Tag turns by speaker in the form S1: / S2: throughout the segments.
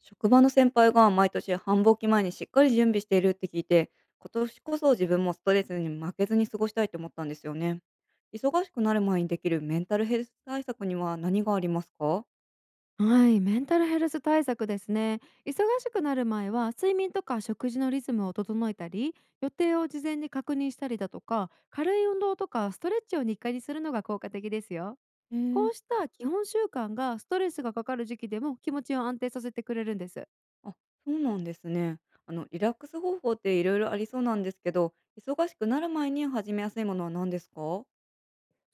S1: 職場の先輩が毎年繁忙期前にしっかり準備しているって聞いて、今年こそ自分もストレスに負けずに過ごしたいと思ったんですよね。忙しくなる前にできるメンタルヘルス対策には何がありますか？
S2: はい、メンタルヘルス対策ですね。忙しくなる前は睡眠とか食事のリズムを整えたり、予定を事前に確認したりだとか、軽い運動とかストレッチを日課にするのが効果的ですよ。
S1: へ
S2: こ
S1: え。
S2: うした基本習慣がストレスがかかる時期でも気持ちを安定させてくれるんです。
S1: あ、そうなんですね。リラックス方法っていろいろありそうなんですけど、忙しくなる前に始めやすいものは何ですか？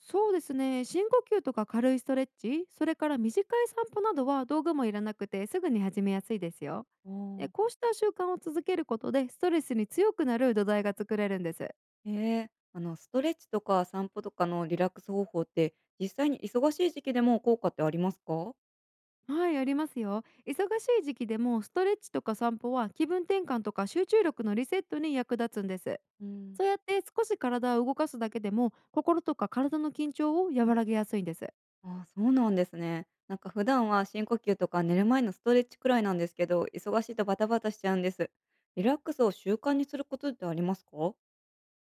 S2: そうですね。深呼吸とか軽いストレッチ、それから短い散歩などは道具もいらなくてすぐに始めやすいですよ。
S1: あー。
S2: こうした習慣を続けることでストレスに強くなる土台が作れるんです。
S1: ええ。ストレッチとか散歩とかのリラックス方法って、実際に忙しい時期でも効果ってありますか？
S2: はい、ありますよ。忙しい時期でもストレッチとか散歩は気分転換とか集中力のリセットに役立つんです。
S1: うん。
S2: そうやって少し体を動かすだけでも心とか体の緊張を和らげやすいんです。
S1: ああ、そうなんですね。なんか普段は深呼吸とか寝る前のストレッチくらいなんですけど、忙しいとバタバタしちゃうんです。リラックスを習慣にすることってありますか？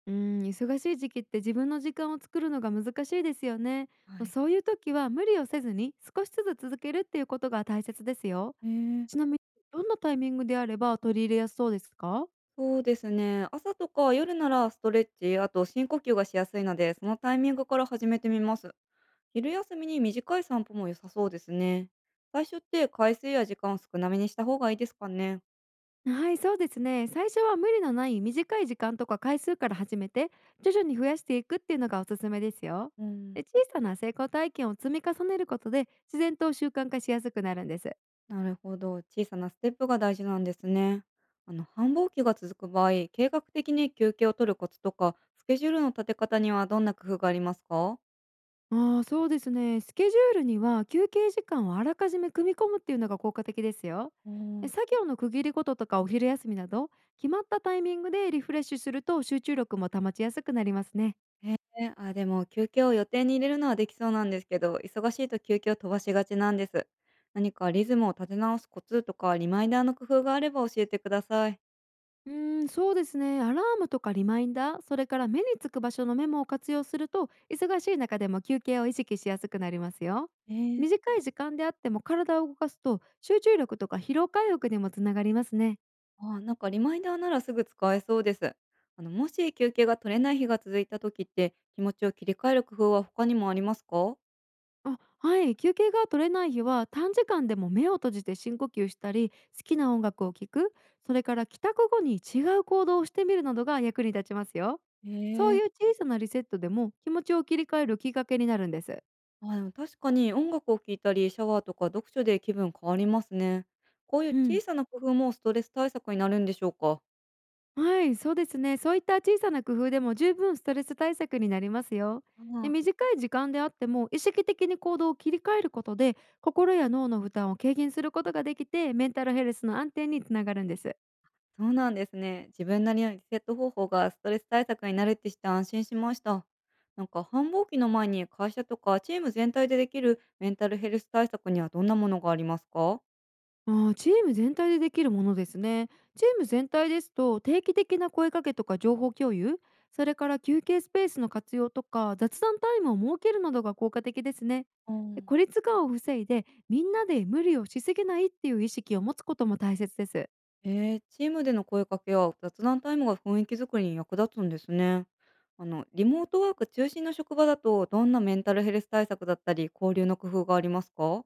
S2: うーん、忙しい時期って自分の時間を作るのが難しいですよね。
S1: はい。
S2: そういう時は無理をせずに少しずつ続けるっていうことが大切ですよ。
S1: えー、
S2: ちなみにどんなタイミングであれば取り入れやすそうですか？
S1: そうですね。朝とか夜ならストレッチ、あと深呼吸がしやすいので、そのタイミングから始めてみます。昼休みに短い散歩も良さそうですね。最初って回数や時間を少なめにした方がいいですかね。
S2: はい、そうですね。最初は無理のない短い時間とか回数から始めて、徐々に増やしていくっていうのがおすすめですよ。
S1: う
S2: で、
S1: ん。
S2: 小さな成功体験を積み重ねることで、自然と習慣化しやすくなるんです。
S1: なるほど。小さなステップが大事なんですね。繁忙期が続く場合、計画的に休憩を取るコツとか、スケジュールの立て方にはどんな工夫がありますか？
S2: ああ、そうですね。スケジュールには休憩時間をあらかじめ組み込むっていうのが効果的ですよ。
S1: う
S2: で、
S1: ん。
S2: 作業の区切りごととかお昼休みなど、決まったタイミングでリフレッシュすると集中力も保ちやすくなりますね。
S1: へえ、あ、でも休憩を予定に入れるのはできそうなんですけど、忙しいと休憩を飛ばしがちなんです。何かリズムを立て直すコツとか、リマインダーの工夫があれば教えてください。
S2: うーん、そうですね。アラームとかリマインダー、それから目につく場所のメモを活用すると、忙しい中でも休憩を意識しやすくなりますよ。
S1: えー。
S2: 短い時間であっても体を動かすと、集中力とか疲労回復にもつながりますね。
S1: あ、なんかリマインダーならすぐ使えそうです。もし休憩が取れない日が続いた時って、気持ちを切り替える工夫は他にもありますか？
S2: あ、はい、休憩が取れない日は短時間でも目を閉じて深呼吸したり、好きな音楽を聴く、それから帰宅後に違う行動をしてみるなどが役に立ちますよ。そ
S1: え
S2: う
S1: え。
S2: いう小さなリセットでも気持ちを切り替えるきっかけになるんです。
S1: あ、でも確かに音楽を聴いたり、シャワーとか読書で気分変わりますね。こういう
S2: うん。
S1: 小さな工夫もストレス対策になるんでしょうか？
S2: はい、そうですね。そういった小さな工夫でも十分ストレス対策になりますよ。
S1: あ
S2: で、
S1: あ、
S2: 短い時間であっても意識的に行動を切り替えることで心や脳の負担を軽減することができて、メンタルヘルスの安定につながるんです。
S1: そうなんですね。自分なりのリセット方法がストレス対策になるって知って安心しました。なんか繁忙期の前に会社とかチーム全体でできるメンタルヘルス対策にはどんなものがありますか？
S2: あー、チーム全体でできるものですね。チーム全体ですと定期的な声かけとか情報共有、それから休憩スペースの活用とか雑談タイムを設けるなどが効果的ですね。
S1: う
S2: で、
S1: ん。
S2: 孤立感を防いでみんなで無理をしすぎないっていう意識を持つことも大切です。
S1: えー、チームでの声かけや雑談タイムが雰囲気づくりに役立つんですね。リモートワーク中心の職場だと、どんなメンタルヘルス対策だったり、交流の工夫がありますか？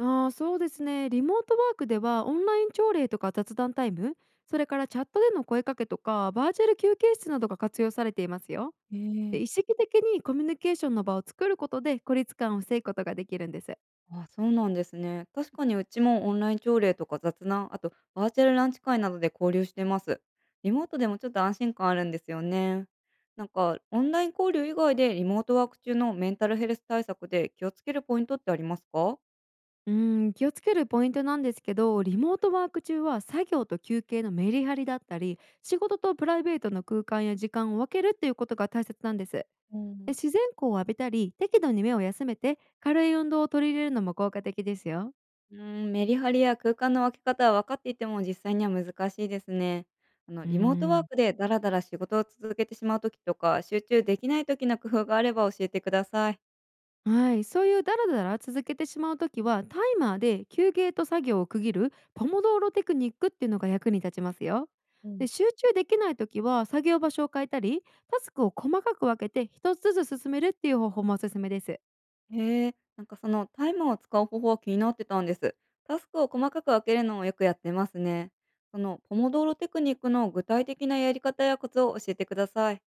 S2: ああ、そうですね。リモートワークではオンライン朝礼とか雑談タイム、それからチャットでの声かけとかバーチャル休憩室などが活用されていますよ。
S1: え
S2: で、
S1: ー。
S2: 意識的にコミュニケーションの場を作ることで孤立感を防ぐことができるんです。
S1: あ、そうなんですね。確かにうちもオンライン朝礼とか雑談、あとバーチャルランチ会などで交流してます。リモートでもちょっと安心感あるんですよね。なんか、オンライン交流以外でリモートワーク中のメンタルヘルス対策で気をつけるポイントってありますか？
S2: うーん、気をつけるポイントなんですけど、リモートワーク中は作業と休憩のメリハリだったり、仕事とプライベートの空間や時間を分けるっていうことが大切なんです。
S1: う
S2: で、
S1: ん。
S2: 自然光を浴びたり適度に目を休めて軽い運動を取り入れるのも効果的ですよ。
S1: うーん、メリハリや空間の分け方は分かっていても実際には難しいですね。
S2: うー
S1: リモートワー
S2: ん、
S1: クでだらだら仕事を続けてしまう時とか、集中できない時の工夫があれば教えてください。
S2: はい、そういうダラダラ続けてしまうときはタイマーで休憩と作業を区切るポモドーロテクニックっていうのが役に立ちますよ。
S1: うん。
S2: で、集中できないときは作業場所を変えたり、タスクを細かく分けて一つずつ進めるっていう方法もおすすめです。
S1: へえ、なんかそのタイマーを使う方法は気になってたんです。タスクを細かく分けるのをよくやってますね。そのポモドーロテクニックの具体的なやり方やコツを教えてくださ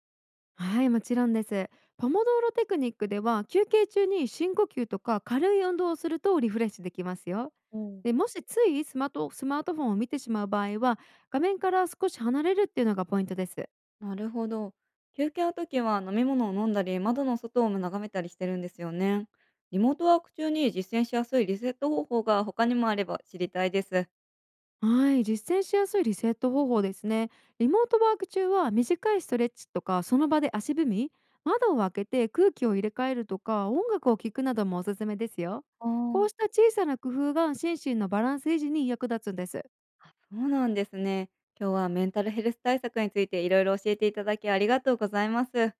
S2: はい、もちろんです。ポモドーロテクニックでは休憩中に深呼吸とか軽い運動をするとリフレッシュできますよ。
S1: い。
S2: でもしついスマートフォンを見てしまう場合は画面から少し離れるっていうのがポイントです。
S1: なるほど。休憩の時は飲み物を飲んだり、窓の外を眺めたりしてるんですよね。リモートワーク中に実践しやすいリセット方法が他にもあれば知りたいです。
S2: はい、実践しやすいリセット方法ですね。リモートワーク中は短いストレッチとかその場で足踏み、窓を開けて空気を入れ替えるとか音楽を聴くなどもおすすめですよ。
S1: あ
S2: こう
S1: ー。
S2: した小さな工夫が心身のバランス維持に役立つんです。
S1: あ、あ、そうなんですね。今日はメンタルヘルス対策についていろいろ教えていただきありがとうございます。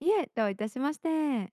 S2: いえ、どういたしまして。